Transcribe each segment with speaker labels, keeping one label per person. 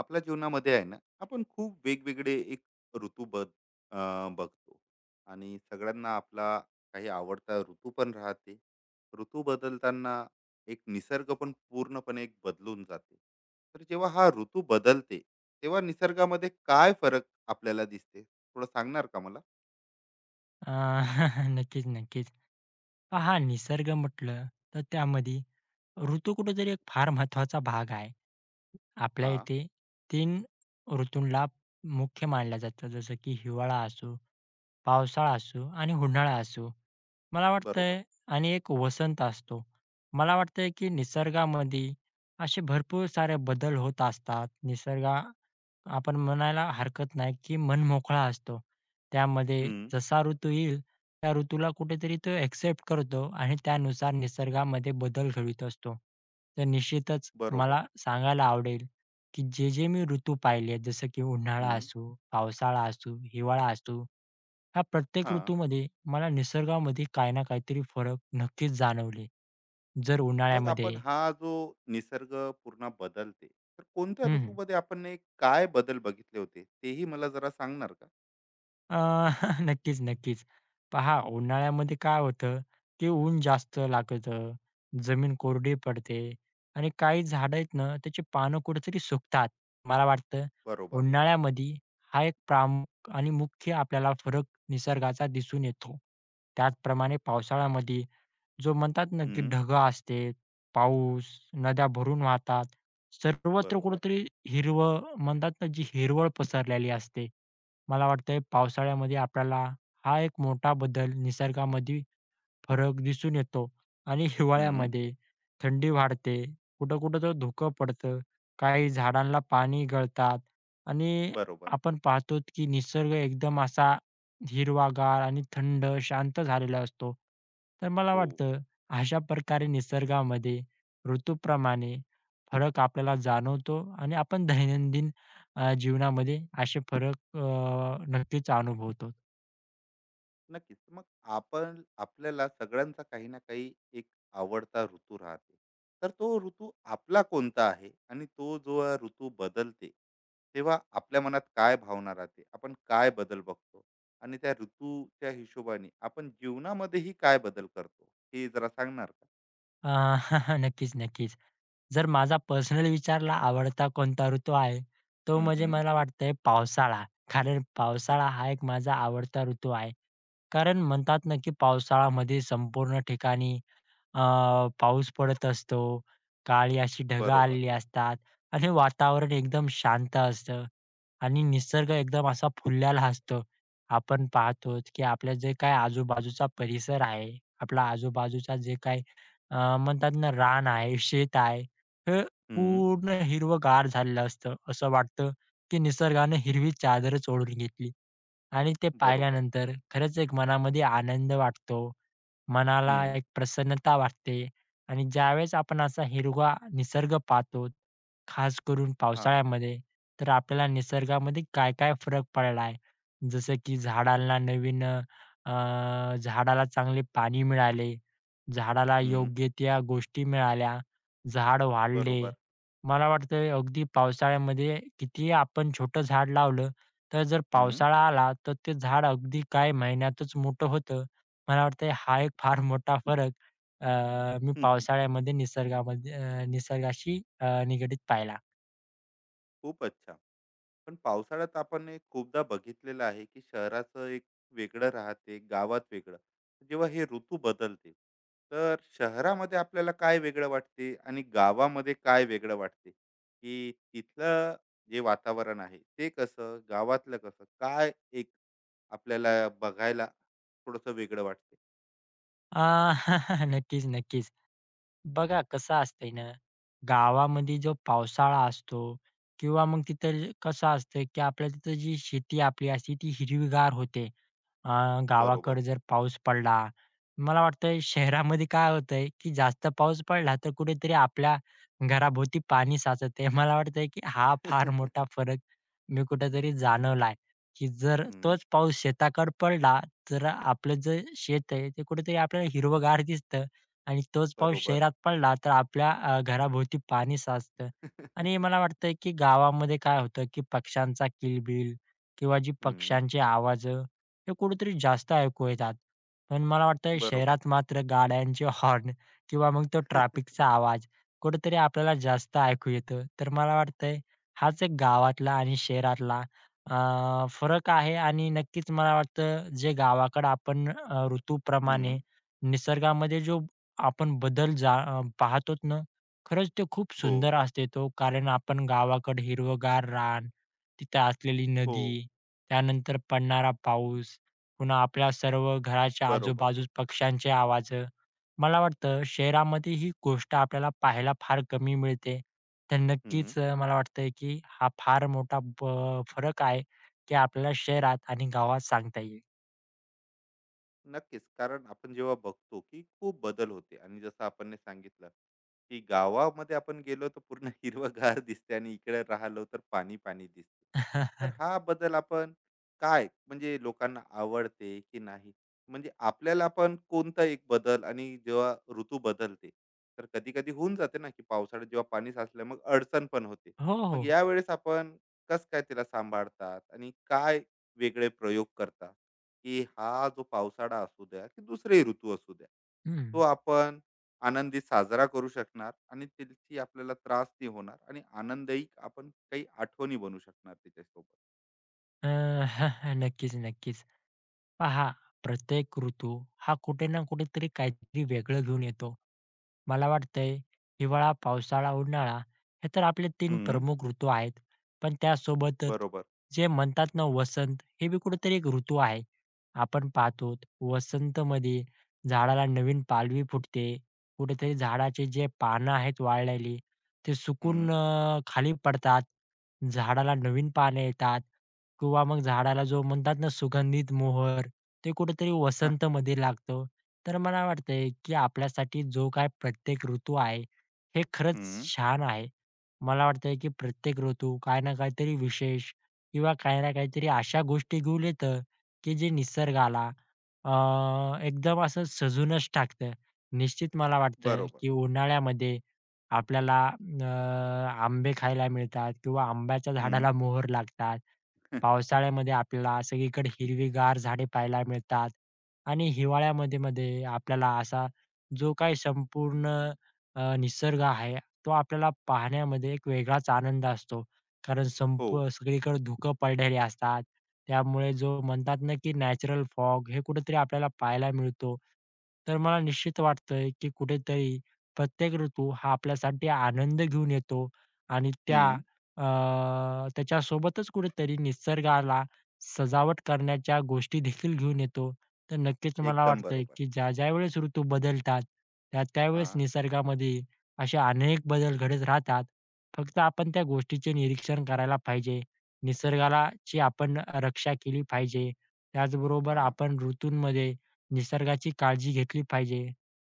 Speaker 1: आपल्या जीवनामध्ये आहे ना आपण खूप वेगवेगळे एक ऋतू बघतो. आणि सगळ्यांना आपला काही आवडता ऋतू पण राहते. ऋतू बदलताना एक निसर्ग पण पूर्णपणे एक बदलून जाते. तर जेव्हा हा ऋतू बदलते तेव्हा निसर्गामध्ये काय फरक आपल्याला दिसते, थोडं सांगणार का मला?
Speaker 2: अ, नक्कीच, नक्कीच. पहा निसर्ग म्हटलं, तर त्यामध्ये ऋतू कुठेतरी एक फार महत्त्वाचा भाग आहे. आपल्या
Speaker 1: हा.
Speaker 2: इथे तीन ऋतूंला मुख्य मानलं जातं. जसं की हिवाळा असो, पावसाळा असो आणि उन्हाळा असो. मला
Speaker 1: बरोबर.
Speaker 2: वाटतंय आणि एक वसंत असतो. मला वाटतंय की निसर्गामध्ये असे भरपूर सारे बदल होत असतात. निसर्ग आपण म्हणायला हरकत नाही की मनमोकळा असतो. त्यामध्ये
Speaker 1: हम्म.
Speaker 2: जसा ऋतू येईल, त्या ऋतूला कुठेतरी तो एक्सेप्ट करतो आणि त्यानुसार निसर्गामध्ये बदल घडवीत असतो. तर निश्चितच
Speaker 1: बरोबर.
Speaker 2: मला सांगायला आवडेल की जे-जे मी ऋतू पाहिले जसं की उन्हाळा
Speaker 1: हम्म.
Speaker 2: असो, पावसाळा असो, हिवाळा असो, ह्या प्रत्येक
Speaker 1: हा.
Speaker 2: ऋतूमध्ये मला निसर्गामध्ये काही ना काहीतरी फरक नक्कीच जाणवले. जर
Speaker 1: मग आपण
Speaker 2: उन्हाळ्यामध्ये
Speaker 1: हा जो निसर्ग पूर्ण बदलते तर कोणत्या
Speaker 2: हं.
Speaker 1: ऋतूमध्ये आपण ने काय बदल बघितले होते, तेही मला जरा सांगणार का?
Speaker 2: अ, नक्कीच, नक्कीच. पहा उन्हाळ्यामध्ये काय होतं, ते ऊन जास्त लागतं, जमीन कोरडी पडते आणि काही झाडं आहेत ना, त्याची पानं कुठेतरी सुकतात. मला वाटतं
Speaker 1: बरोबर.
Speaker 2: उन्हाळ्यामध्ये हा एक प्रामुख्य आणि मुख्य आपल्याला फरक निसर्गाचा दिसून येतो. त्याचप्रमाणे पावसाळ्यामध्ये जो म्हणतात ना, की
Speaker 1: हम्म.
Speaker 2: ढग असते, पाऊस, नद्या भरून वाहतात. सर्वत्र
Speaker 1: बरोबर.
Speaker 2: कुठेतरी हिरवं म्हणतात ना, जी हिरवळ पसरलेली असते. मला वाटतंय पावसाळ्यामध्ये आपल्याला हा एक मोठा बदल निसर्गामध्ये फरक दिसून येतो आणि
Speaker 1: हम्म.
Speaker 2: हिवाळ्यामध्ये थंडी वाढते. कुठं-कुठं तर धुकं पडतं. काही झाडांना पाणी गळतात आणि
Speaker 1: बरोबर.
Speaker 2: आपण पाहतो की निसर्ग एकदम असा हिरवागार आणि थंड, शांत झालेला असतो. तर मला
Speaker 1: हो.
Speaker 2: वाटतं अशा प्रकारे निसर्गामध्ये ऋतूप्रमाणे फरक आपल्याला जाणवतो आणि आपण दैनंदिन जीवनामध्ये असे फरक नक्कीच अनुभवतो.
Speaker 1: नक्कीच. मग आपण आपल्याला सगळ्यांचा काही ना काही एक आवडता ऋतू राहते. तर तो ऋतू आपला कोणता आहे? आणि तो जो ऋतू बदलते, तेव्हा आपल्या मनात काय भावना राहते? आपण काय बदल बघतो? आणि त्या ऋतूच्या हिशोबाने आपण जीवनामध्येही काय बदल करतो? हे जरा सांगणार का?
Speaker 2: अ, नक्कीच, नक्कीच. जर माझा पर्सनल विचारला आवडता कोणता ऋतू आहे, तो
Speaker 1: हं,
Speaker 2: म्हणजे
Speaker 1: हं.
Speaker 2: मला वाटतंय पावसाळा. कारण पावसाळा हा एक माझा आवडता ऋतू आहे. कारण म्हणतात ना, की पावसाळ्यामध्ये संपूर्ण ठिकाणी अ, पाऊस पडत असतो, काळी अशी ढगं
Speaker 1: बरोबर.
Speaker 2: आलेली असतात आणि वातावरण एकदम शांत असतं आणि निसर्ग एकदम असा फुललेला असतो. आपण पाहतोच की आपल्या जे काय आजूबाजूचा परिसर आहे, आपला आजूबाजूचा जे काय म्हणतात ना रान आहे, शेत आहे, हे
Speaker 1: हं.
Speaker 2: पूर्ण हिरवंगार झालेलं असतं. असं वाटतं की निसर्गाने हिरवी चादरच ओढून घेतली. आणि ते
Speaker 1: बरोबर.
Speaker 2: पाहिल्यानंतर खरंच एक मनामध्ये आनंद वाटतो. मनाला
Speaker 1: हं.
Speaker 2: एक प्रसन्नता वाटते आणि ज्यावेळेस आपण असा हिरवा निसर्ग पाहतो, खास करून
Speaker 1: हां.
Speaker 2: पावसाळ्यामध्ये, तर आपल्याला निसर्गामध्ये काय काय फरक पडला आहे. जसं की झाडांना नवीन झाडाला चांगले पाणी मिळाले, झाडाला
Speaker 1: हं.
Speaker 2: योग्य त्या गोष्टी मिळाल्या, झाड वाढले.
Speaker 1: बरोबर.
Speaker 2: मला वाटतं अगदी पावसाळ्यामध्ये कितीही आपण छोटं झाड लावलं तर जर
Speaker 1: हं.
Speaker 2: पावसाळा आला, तर ते झाड अगदी काही महिन्यातच मोठं होतं. मला वाटतंय हा एक फार मोठा फरक अ, मी पावसाळ्यामध्ये निसर्गामध्ये निसर्गाशी निगडीत पाहिला.
Speaker 1: खूप अच्छा. पण पावसाळ्यात आपण एक खूपदा बघितलेलं आहे की शहराचं एक वेगळं राहते, गावात वेगळं. जेव्हा हे ऋतू बदलते तर शहरामध्ये आपल्याला काय वेगळं वाटते आणि गावामध्ये काय वेगळं वाटते, की तिथलं जे वातावरण आहे ते कसं, गावातलं कसं, काय एक आपल्याला बघायला थोडस वेगळं वाटते?
Speaker 2: अ, नक्कीच, नक्कीच. बघा कसं असतंय ना, गावामध्ये जो पावसाळा असतो किंवा मग तिथं कसं असतं, की आपल्या तिथं जी शेती आपली असते ती हिरवीगार होते. अ,
Speaker 1: बरोबर.
Speaker 2: गावाकडे जर पाऊस पडला, मला वाटतंय शहरामध्ये काय होतंय, की जास्त पाऊस पडला तर कुठेतरी आपल्या घराभोवती पाणी साचतंय. मला वाटतंय, की हा फार मोठा फरक मी कुठेतरी जाणवलाय, की जर
Speaker 1: हम्म.
Speaker 2: तोच पाऊस शेताकडे पडला, तर आपलं जे शेत आहे ते कुठेतरी आपल्याला हिरवंगार दिसतं आणि तोच पाऊस
Speaker 1: बरोबर.
Speaker 2: शहरात पडला तर आपल्या घराभोवती पाणी साचतं. आणि मला वाटतंय, की गावामध्ये काय होतं, की पक्ष्यांचा किलबिल किंवा जी
Speaker 1: हम्म.
Speaker 2: पक्ष्यांचे आवाज हे कुठेतरी जास्त ऐकू येतात. पण मला वाटतं
Speaker 1: बरोबर.
Speaker 2: शहरात मात्र गाड्यांचे हॉर्न किंवा मग तो ट्रॅफिकचा आवाज कुठेतरी आपल्याला जास्त ऐकू येतो. तर मला वाटतंय हाच एक गावातला आणि शहरातला फरक आहे आणि नक्कीच मला वाटतं जे गावाकडं आपण ऋतूप्रमाणे
Speaker 1: हम्म.
Speaker 2: निसर्गामध्ये जो आपण पाहतोत ना, खरंच ते खूप
Speaker 1: हो.
Speaker 2: सुंदर असते तो. कारण आपण गावाकडे हिरवंगार रान, तिथे असलेली
Speaker 1: हो.
Speaker 2: नदी, त्यानंतर पडणारा पाऊस पुन्हा आपल्या सर्व घराच्या
Speaker 1: बरोबर.
Speaker 2: आजूबाजूस पक्ष्यांचे आवाज. मला वाटतं शहरामध्ये ही गोष्ट आपल्याला पाहायला फार कमी मिळते. तर
Speaker 1: हम्म.
Speaker 2: नक्कीच मला वाटतंय की हा फार मोठा फरक आहे, की आपल्याला शहरात आणि गावात सांगता येईल.
Speaker 1: नक्कीच. कारण आपण जेव्हा बघतो, की खूप बदल होते आणि जसं आपण सांगितलं, की गावामध्ये आपण गेलो तर पूर्ण हिरवंगार दिसते आणि इकडे राहिलो तर पाणी-पाणी दिसते. तर हा बदल आपण, काय म्हणजे, लोकांना आवडते की नाही? म्हणजे आपल्याला पण कोणता एक बदल, आणि जेव्हा ऋतू बदलते, तर कधी-कधी होऊन जाते ना, की पावसाळ्यात जेव्हा पाणी साचलं मग अडचण पण होते.
Speaker 2: हो,
Speaker 1: मग
Speaker 2: हो.
Speaker 1: यावेळेस आपण कसं काय त्याला सांभाळतात आणि काय वेगळे प्रयोग करतात? की हा जो पावसाळा असू द्या की दुसरेही ऋतू असू द्या,
Speaker 2: हं.
Speaker 1: तो आपण आनंदी साजरा करू शकणार आणि त्याची आपल्याला त्रास नाही होणार, आणि आनंदही आपण, काही आठवणी बनू शकणार त्याच्यासोबत.
Speaker 2: अ, नक्कीच, नक्कीच. पहा प्रत्येक ऋतू हा कुठे ना कुठेतरी काहीतरी वेगळं घेऊन येतो. मला वाटतंय हिवाळा, पावसाळा, उन्हाळा हे तर आपले तीन
Speaker 1: हम्म.
Speaker 2: प्रमुख ऋतू आहेत. पण त्यासोबतच
Speaker 1: बरोबर.
Speaker 2: जे म्हणतात ना वसंत हे बी कुठेतरी एक ऋतू आहे. आपण पाहतो वसंतमध्ये झाडाला नवीन पालवी फुटते. कुठेतरी झाडाचे जे पानं आहेत वाळलेली ते सुकून
Speaker 1: हम्म.
Speaker 2: अ, खाली पडतात. झाडाला नवीन पाने येतात किंवा मग झाडाला जो म्हणतात ना सुगंधित मोहर ते कुठेतरी वसंतमध्ये लागतं. तर मला वाटतंय की आपल्यासाठी जो काय प्रत्येक ऋतू आहे, हे खरंच
Speaker 1: हम्म.
Speaker 2: छान आहे. मला वाटतंय की प्रत्येक ऋतू काही ना काहीतरी विशेष किंवा काही ना काहीतरी अशा गोष्टी घेऊन येतं, की जे निसर्गाला अ, एकदम असं सजूनच टाकतं. निश्चित मला वाटतं
Speaker 1: बरोबर.
Speaker 2: की उन्हाळ्यामध्ये आपल्याला आंबे खायला मिळतात किंवा आंब्याच्या
Speaker 1: हम्म.
Speaker 2: झाडाला मोहर लागतात. पावसाळ्यामध्ये आपल्याला सगळीकडे हिरवीगार झाडे पाहायला मिळतात आणि हिवाळ्यामध्ये मध्ये आपल्याला असा जो काही संपूर्ण निसर्ग आहे, तो आपल्याला पाहण्यामध्ये एक वेगळाच आनंद असतो. कारण
Speaker 1: हो.
Speaker 2: संप सगळीकडे धुकं पडलेली असतात. त्यामुळे जो म्हणतात ना, की नॅचरल फॉग हे कुठेतरी आपल्याला पाहायला मिळतो. तर मला निश्चित वाटतंय, की कुठेतरी प्रत्येक ऋतू हा आपल्यासाठी आनंद घेऊन येतो आणि
Speaker 1: हम्म.
Speaker 2: अ, त्याच्यासोबतच कुठेतरी निसर्गाला सजावट करण्याच्या गोष्टी देखील घेऊन येतो. तर नक्कीच मला
Speaker 1: एकदम
Speaker 2: वाटतंय
Speaker 1: बरोबर.
Speaker 2: की ज्या ज्यावेळेस ऋतू बदलतात, त्या त्यावेळेस
Speaker 1: हा.
Speaker 2: निसर्गामध्ये असे अनेक बदल घडत राहतात. फक्त आपण त्या गोष्टीचे निरीक्षण करायला पाहिजे. निसर्गाला ची आपण रक्षा केली पाहिजे. त्याचबरोबर
Speaker 1: हा.
Speaker 2: आपण ऋतूंमध्ये निसर्गाची काळजी घेतली पाहिजे.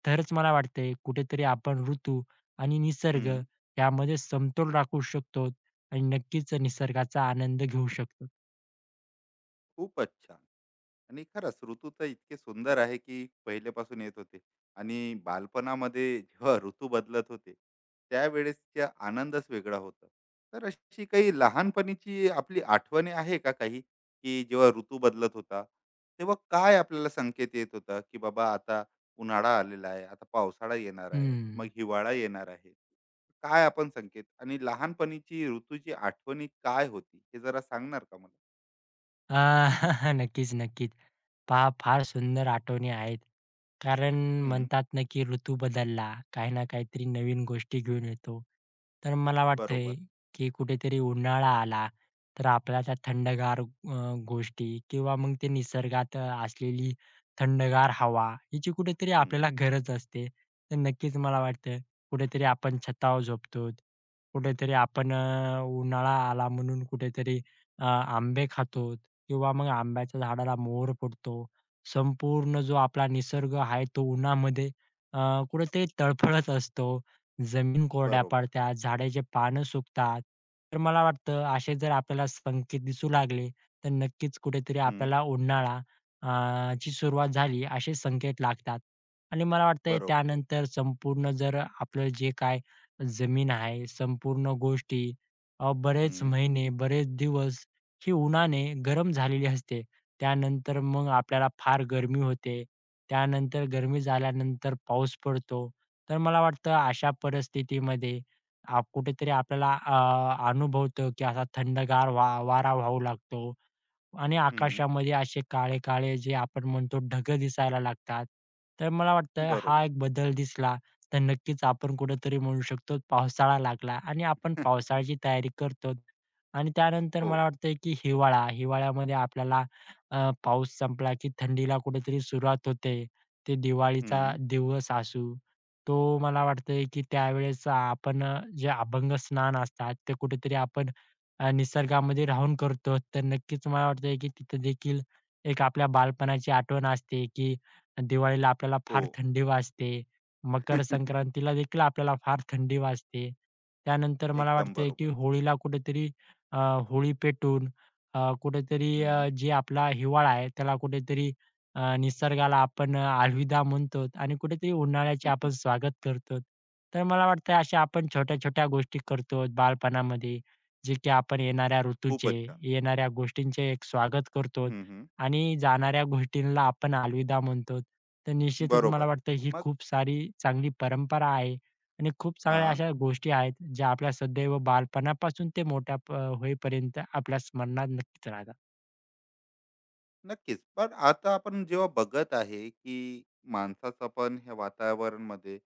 Speaker 2: तरच मला वाटतंय कुठेतरी आपण ऋतू आणि निसर्ग
Speaker 1: हम्म.
Speaker 2: यामध्ये समतोल राखू शकतो आणि नक्कीच निसर्गाचा आनंद घेऊ शकतो.
Speaker 1: खूपच छान. आणि खरंच ऋतू तर इतके सुंदर आहे, की पहिल्यापासून येत होते, आणि बालपणामध्ये जेव्हा ऋतू बदलत होते त्यावेळेसचा आनंदच वेगळा होता. तर अशी काही लहानपणीची आपली आठवणी आहे का काही, की जेव्हा ऋतू बदलत होता तेव्हा काय आपल्याला संकेत येत होता, की बाबा आता उन्हाळा आलेला आहे, आता पावसाळा येणार आहे, मग
Speaker 2: हं.
Speaker 1: हिवाळा येणार आहे. काय आपण संकेत आणि लहानपणीची ऋतूची आठवणी काय होती, हे जरा सांगणार का मला?
Speaker 2: अ, नक्कीच, नक्कीच. पहा फार सुंदर आठवणी आहेत. कारण
Speaker 1: हम्म.
Speaker 2: म्हणतात ना, की ऋतू बदलला, काही ना काहीतरी नवीन गोष्टी घेऊन येतो. तर मला वाटतंय,
Speaker 1: बरोबर.
Speaker 2: की कुठेतरी उन्हाळा आला, तर आपल्याला त्या थंडगार गोष्टी किंवा मग ते निसर्गात असलेली थंडगार हवा, हिची कुठेतरी आपल्याला
Speaker 1: हम्म.
Speaker 2: गरज असते. तर नक्कीच मला वाटतं, कुठेतरी आपण छतावर झोपतो, कुठेतरी आपण उन्हाळा आला म्हणून कुठेतरी आंबे खातो. किंवा मग आंब्याच्या झाडाला मोहर फुटतो. संपूर्ण जो आपला निसर्ग आहे तो उन्हामध्ये अ, कुठेतरी तळफळत असतो. जमीन कोरड्या
Speaker 1: बरोबर.
Speaker 2: पडतात, झाडाचे पानं सुकतात. तर मला वाटतं असे जर आपल्याला संकेत दिसू लागले, तर नक्कीच कुठेतरी
Speaker 1: हं,
Speaker 2: आपल्याला उन्हाळा ची सुरुवात झाली असे संकेत लागतात. आणि मला वाटतंय
Speaker 1: बरोबर.
Speaker 2: त्यानंतर संपूर्ण जर आपलं जे काय जमीन आहे, संपूर्ण गोष्टी बरेच
Speaker 1: हं,
Speaker 2: महिने, बरेच दिवस ही उन्हाने गरम झालेली असते. त्यानंतर मग आपल्याला फार गरमी होते. त्यानंतर गरमी झाल्यानंतर पाऊस पडतो. तर मला वाटतं अशा परिस्थितीमध्ये कुठेतरी आपल्याला अनुभवतं की असा थंडगार वारा वाहू लागतो. आणि
Speaker 1: हं,
Speaker 2: आकाशामध्ये असे काळे-काळे जे आपण म्हणतो ढग दिसायला लागतात. तर मला वाटतं हा
Speaker 1: बरोबर.
Speaker 2: एक बदल दिसला, तर नक्कीच आपण कुठेतरी म्हणू शकतो पावसाळा लागला आणि आपण पावसाळ्याची तयारी करतो. आणि त्यानंतर
Speaker 1: हो.
Speaker 2: मला वाटतंय की हिवाळा, हिवाळ्यामध्ये आपल्याला पाऊस संपला की थंडीला कुठेतरी सुरुवात होते. ते दिवाळीचा
Speaker 1: हं,
Speaker 2: दिवस असू, तो मला वाटतंय की त्यावेळेस आपण जे अभंग स्नान असतात, ते कुठेतरी आपण निसर्गामध्ये राहून करतो, तर नक्कीच मला वाटतंय की तिथं देखील एक आपल्या बालपणाची आठवण असते, की दिवाळीला आपल्याला
Speaker 1: हो.
Speaker 2: फार थंडी वाजते. मकर संक्रांतीला देखील आपल्याला फार थंडी वाजते. त्यानंतर मला
Speaker 1: एकदम
Speaker 2: वाटतंय की
Speaker 1: बरोबर.
Speaker 2: होळीला कुठेतरी अ, होळी पेटून कुठेतरी
Speaker 1: हं.
Speaker 2: जे आपला हिवाळा आहे, त्याला कुठेतरी निसर्गाला आपण अलविदा म्हणतो आणि कुठेतरी उन्हाळ्याचे आपण स्वागत करतो. तर मला वाटतंय अशा आपण छोट्या-छोट्या गोष्टी करतो बालपणामध्ये. जे की आपण येणाऱ्या ऋतूचे,
Speaker 1: खूपच छान.
Speaker 2: येणाऱ्या गोष्टींचे एक स्वागत करतो
Speaker 1: हं, हं.
Speaker 2: आणि जाणाऱ्या गोष्टींना आपण अलविदा म्हणतो. तर निश्चितच मला
Speaker 1: बरोबर.
Speaker 2: वाटतं ही
Speaker 1: मग.
Speaker 2: खूप सारी चांगली परंपरा आहे आणि खूप साऱ्या
Speaker 1: हां.
Speaker 2: अशा गोष्टी आहेत, ज्या आपल्या सदैव बालपणापासून ते मोठ्या होईपर्यंत आपल्या स्मरणात नक्कीच राहतात.
Speaker 1: नक्कीच. पण आता आपण जेव्हा बघत आहे, की माणसाचा पण ह्या वातावरणमध्ये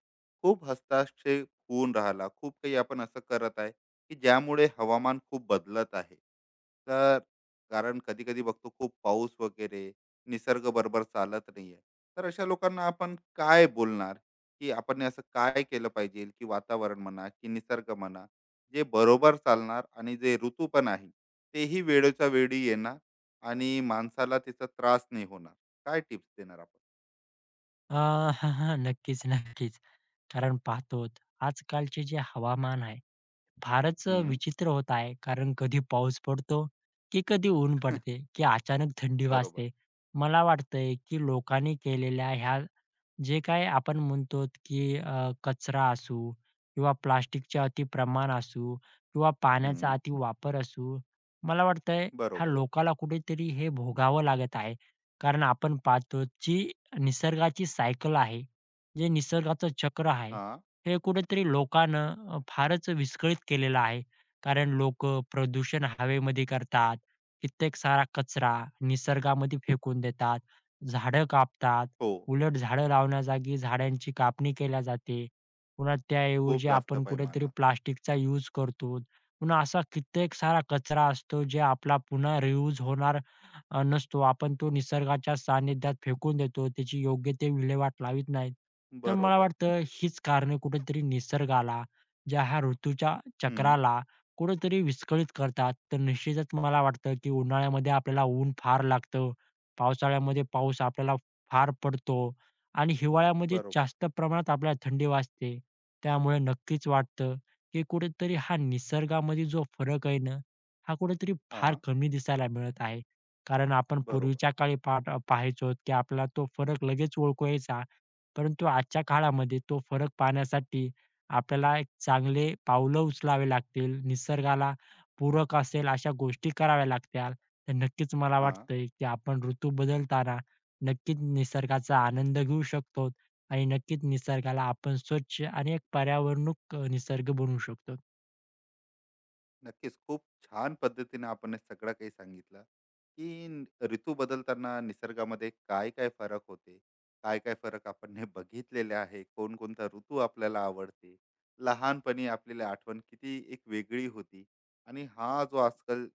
Speaker 1: खूप हस्तक्षेप होऊन राहिला. खूप काही आपण असं करत आहे, की ज्यामुळे हवामान खूप बदलत आहे. तर, कारण कधी-कधी बघतो खूप पाऊस वगैरे, निसर्ग बरोबर चालत नाही आहे. तर अशा लोकांना आपण काय बोलणार, की आपण हे असं काय केलं पाहिजे, की वातावरण म्हणा, की निसर्ग म्हणा, जे बरोबर चालणार आणि जे ऋतू पण आहे, तेही वेळच्या वेळी येणार? आणि माणसाला त्याचा त्रास नाही होणार. काय टिप्स देणार आपण?
Speaker 2: अ, नक्कीच, नक्कीच. कारण पाहतो आजकालचे जे हवामान आहे फारच
Speaker 1: हं.
Speaker 2: विचित्र होत आहे. कारण कधी पाऊस पडतो, की कधी ऊन पडते, की अचानक थंडी
Speaker 1: बरोबर.
Speaker 2: वाजते. मला वाटतंय, की लोकांनी केलेल्या ह्या जे काय आपण म्हणतो, की कचरा असू किंवा प्लास्टिकचे अति प्रमाण असू किंवा पाण्याचा
Speaker 1: हं.
Speaker 2: अति वापर असू, मला वाटतंय ह्या
Speaker 1: बरोबर.
Speaker 2: लोकाला कुठेतरी हे भोगावं लागत आहे. कारण आपण पाहतो, जी निसर्गाची सायकल आहे, जे निसर्गाचं चक्र आहे,
Speaker 1: हां.
Speaker 2: हे कुठेतरी लोकानं फारच विस्कळीत केलेलं आहे. कारण लोकं प्रदूषण हवेमध्ये करतात, कित्येक सारा कचरा निसर्गामध्ये फेकून देतात, झाडं कापतात.
Speaker 1: हो.
Speaker 2: उलट झाडं लावण्याजागी झाडांची कापणी केल्या जाते. पुन्हा त्याऐवजी
Speaker 1: खूप जास्त
Speaker 2: आपण कुठेतरी
Speaker 1: पैमानात.
Speaker 2: प्लास्टिकचा यूज करतो. पुन्हा असा कित्येक सारा कचरा असतो जे आपला पुन्हा रियूज होणार नसतो. आपण तो निसर्गाच्या सानिध्यात फेकून देतो. त्याची योग्य ते विल्हेवाट लावीत नाहीत. तर मला
Speaker 1: बरोबर.
Speaker 2: वाटतं हीच कारणे कुठेतरी निसर्गाला, ज्या ह्या ऋतूच्या
Speaker 1: हं.
Speaker 2: चक्राला कुठेतरी विस्कळीत करतात. तर निश्चितच मला वाटतं की उन्हाळ्यामध्ये आपल्याला ऊन फार लागतं. पावसाळ्यामध्ये पाऊस आपल्याला फार पडतो आणि हिवाळ्यामध्ये
Speaker 1: बरोबर.
Speaker 2: जास्त प्रमाणात आपल्याला थंडी वाजते. त्यामुळे नक्कीच वाटतं, की कुठेतरी हा निसर्गामध्ये जो फरक आहे ना, हा कुठेतरी फार
Speaker 1: हां.
Speaker 2: कमी दिसायला मिळत आहे. कारण आपण
Speaker 1: बरोबर.
Speaker 2: पूर्वीच्या काळी पाट पाहायचो, की आपल्याला तो फरक लगेच ओळखू यायचा. परंतु आजच्या काळामध्ये तो फरक पाहण्यासाठी आपल्याला एक चांगले पावलं उचलावे लागतील. निसर्गाला पूरक असेल अशा गोष्टी कराव्या लागतील. तर नक्कीच मला
Speaker 1: हां.
Speaker 2: वाटतंय, की आपण ऋतू बदलताना नक्कीच निसर्गाचा आनंद घेऊ शकतो आणि नक्कीच निसर्गाला आपण स्वच्छ आणि एक पर्यावरणूक निसर्ग बनवू शकतो.
Speaker 1: नक्कीच. खूप छान पद्धतीने आपण हे सगळं काही सांगितलं, की ऋतू बदलताना निसर्गामध्ये काय-काय फरक होते, काय-काय फरक आपण हे बघितलेले आहे, कोणकोणता ऋतू आपल्याला आवडते, लहानपणी आपल्याला आठवण किती एक वेगळी होती, आणि हा जो आजकाल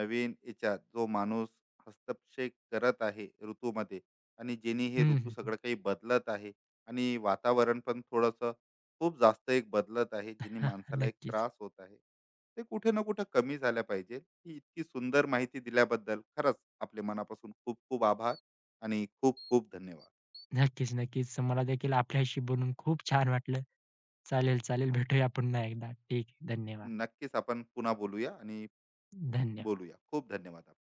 Speaker 1: नवीन याच्यात जो माणूस हस्तक्षेप करत आहे ऋतूमध्ये, आणि जेणे हे
Speaker 2: हं,
Speaker 1: ऋतू
Speaker 2: हं.
Speaker 1: सगळं काही बदलत आहे, आणि वातावरण पण थोडंसं खूप जास्त एक बदलत आहे,
Speaker 2: हां,
Speaker 1: जेणे
Speaker 2: हां.
Speaker 1: माणसाला एक
Speaker 2: नक्कीच.
Speaker 1: त्रास होत आहे. ते कुठे ना कुठे कमी झाल्या पाहिजे. ही इतकी सुंदर माहिती दिल्याबद्दल खरंच आपले मनापासून खूप खूप आभार, आणि खूप खूप धन्यवाद.
Speaker 2: नक्कीच, नक्कीच. मला देखील आपल्याशी बोलून खूप छान वाटलं. चालेल, चालेल. भेटूया पुन्हा एकदा. ठीक आहे. धन्यवाद.
Speaker 1: नक्कीच, आपण पुन्हा बोलूया. आणि
Speaker 2: धन्यवाद.
Speaker 1: बोलूया. खूप धन्यवाद.